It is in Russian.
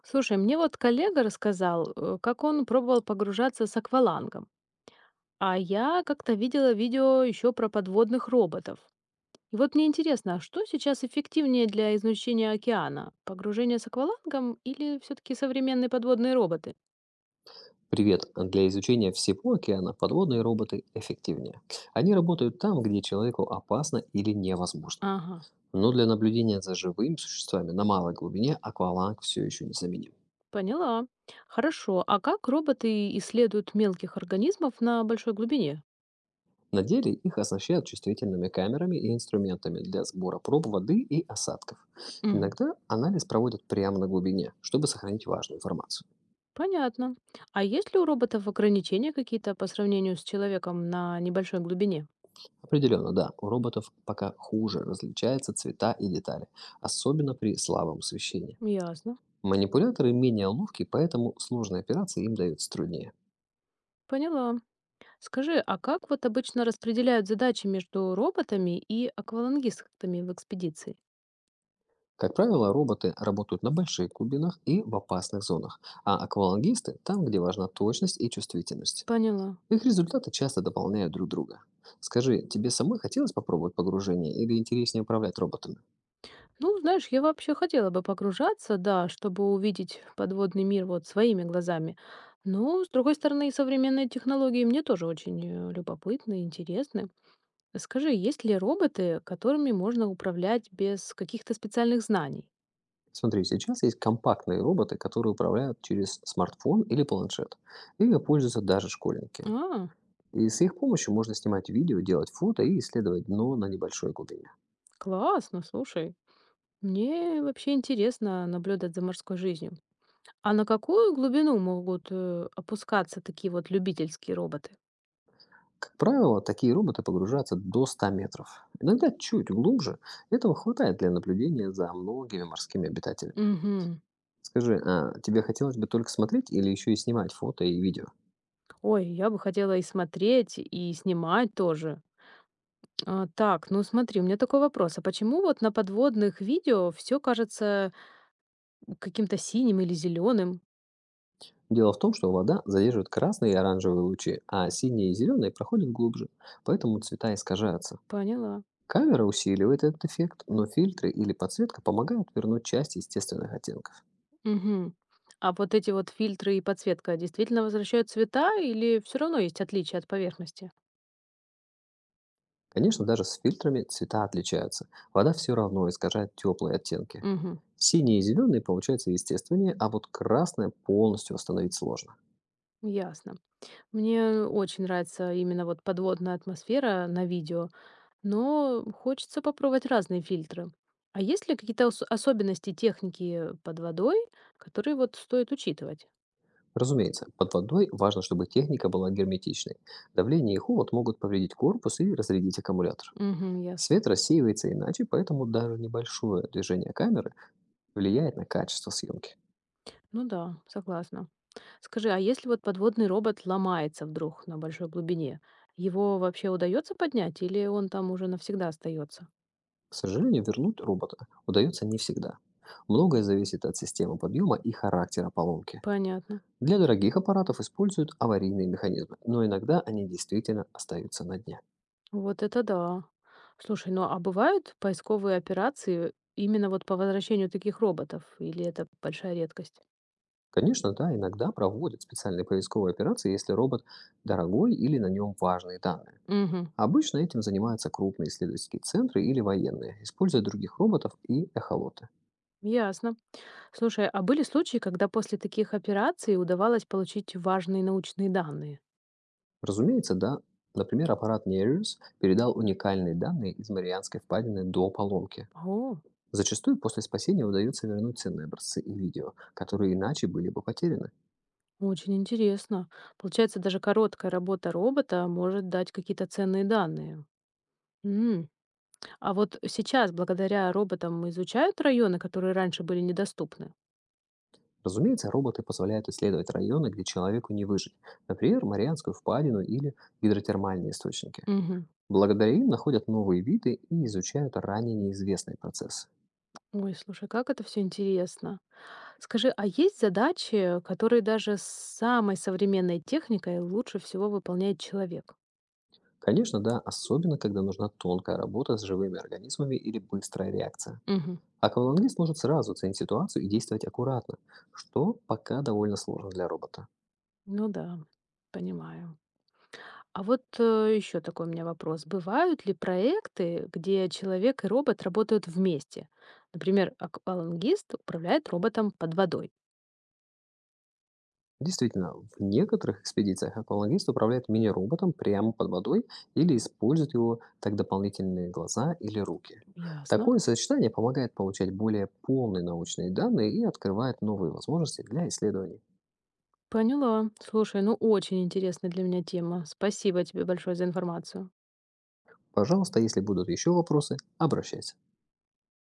Слушай, мне вот коллега рассказал, как он пробовал погружаться с аквалангом, а я как-то видела видео еще про подводных роботов. И вот мне интересно, а что сейчас эффективнее для изучения океана? Погружение с аквалангом или все-таки современные подводные роботы? Привет. Для изучения всего океана подводные роботы эффективнее. Они работают там, где человеку опасно или невозможно. Ага, Но для наблюдения за живыми существами на малой глубине акваланг все еще незаменим. поняла. Хорошо, а как роботы исследуют мелких организмов на большой глубине? На деле их оснащают чувствительными камерами и инструментами для сбора проб воды и осадков. Мгм. Иногда анализ проводят прямо на глубине, чтобы сохранить важную информацию. Понятно. А есть ли у роботов ограничения какие-то по сравнению с человеком на небольшой глубине? Определенно, да, у роботов пока хуже различаются цвета и детали, особенно при слабом освещении. Ясно. Манипуляторы менее ловки, поэтому сложные операции им даются труднее. Поняла. Скажи, а как вот обычно распределяют задачи между роботами и аквалангистами в экспедиции? Как правило, роботы работают на больших глубинах и в опасных зонах, а аквалангисты– там, где важна точность и чувствительность. Поняла. Их результаты часто дополняют друг друга. Скажи, тебе самой хотелось попробовать погружение или интереснее управлять роботами? Ну, знаешь, я вообще хотела бы погружаться, да, чтобы увидеть подводный мир вот своими глазами. Но, с другой стороны, современные технологии мне тоже очень любопытны и интересны. Скажи, есть ли роботы, которыми можно управлять без каких-то специальных знаний? Смотри, сейчас есть компактные роботы, которые управляют через смартфон или планшет. Ими пользуются даже школьники. А, И с их помощью можно снимать видео, делать фото и исследовать дно на небольшой глубине. классно, слушай. Мне вообще интересно наблюдать за морской жизнью. А на какую глубину могут, опускаться такие вот любительские роботы? Как правило, такие роботы погружаются до 100 метров. Иногда чуть глубже. Этого хватает для наблюдения за многими морскими обитателями. Угу. Скажи, а тебе хотелось бы только смотреть или еще и снимать фото и видео? Ой, я бы хотела и смотреть, и снимать тоже. А, так, ну смотри, у меня такой вопрос. А почему вот на подводных видео все кажется каким-то синим или зеленым? Дело в том, что вода задерживает красные и оранжевые лучи, а синие и зеленые проходят глубже, поэтому цвета искажаются. Поняла. Камера усиливает этот эффект, но фильтры или подсветка помогают вернуть часть естественных оттенков. Угу. А вот эти вот фильтры и подсветка действительно возвращают цвета или все равно есть отличия от поверхности? Конечно, даже с фильтрами цвета отличаются. Вода все равно искажает теплые оттенки. Угу. Синие и зеленые получаются естественнее, а вот красное полностью восстановить сложно. Ясно. Мне очень нравится именно вот подводная атмосфера на видео, но хочется попробовать разные фильтры. А есть ли какие-то особенности техники под водой, которые вот стоит учитывать? Разумеется, под водой важно, чтобы техника была герметичной. Давление и холод могут повредить корпус и разрядить аккумулятор. Угу, ясно. Свет рассеивается иначе, поэтому даже небольшое движение камеры влияет на качество съемки. Ну да, согласна. Скажи, а если вот подводный робот ломается вдруг на большой глубине, его вообще удается поднять или он там уже навсегда остается? К сожалению, вернуть робота удается не всегда. Многое зависит от системы подъема и характера поломки. Понятно. Для дорогих аппаратов используют аварийные механизмы, но иногда они действительно остаются на дне. Вот это да. Слушай, ну а бывают поисковые операции именно вот по возвращению таких роботов, или это большая редкость? Конечно, да, иногда проводят специальные поисковые операции, если робот дорогой или на нем важные данные. Угу, Обычно этим занимаются крупные исследовательские центры или военные, используя других роботов и эхолоты. ясно. Слушай, а были случаи, когда после таких операций удавалось получить важные научные данные? Разумеется, да, например, аппарат Nereus передал уникальные данные из Марианской впадины до поломки. О, Зачастую после спасения удается вернуть ценные образцы и видео, которые иначе были бы потеряны. очень интересно. Получается, даже короткая работа робота может дать какие-то ценные данные. М. А вот сейчас, благодаря роботам, изучают районы, которые раньше были недоступны. Разумеется, роботы позволяют исследовать районы, где человеку не выжить, например, Марианскую впадину или гидротермальные источники. Мгм. Благодаря им находят новые виды и изучают ранее неизвестные процессы. Ой, слушай, как это все интересно. Скажи, а есть задачи, которые даже с самой современной техникой лучше всего выполняет человек? Конечно, да, особенно когда нужна тонкая работа с живыми организмами или быстрая реакция. Мгм. Аквалангист может сразу оценить ситуацию и действовать аккуратно, что пока довольно сложно для робота. Ну да, понимаю. А вот еще такой у меня вопрос. Бывают ли проекты, где человек и робот работают вместе? Например, аквалангист управляет роботом под водой. Действительно, в некоторых экспедициях аквалангист управляет мини-роботом прямо под водой или использует его как дополнительные глаза или руки. Ясно. Такое сочетание помогает получать более полные научные данные и открывает новые возможности для исследований. Поняла. Слушай, ну очень интересная для меня тема. Спасибо тебе большое за информацию. Пожалуйста, если будут еще вопросы, обращайся.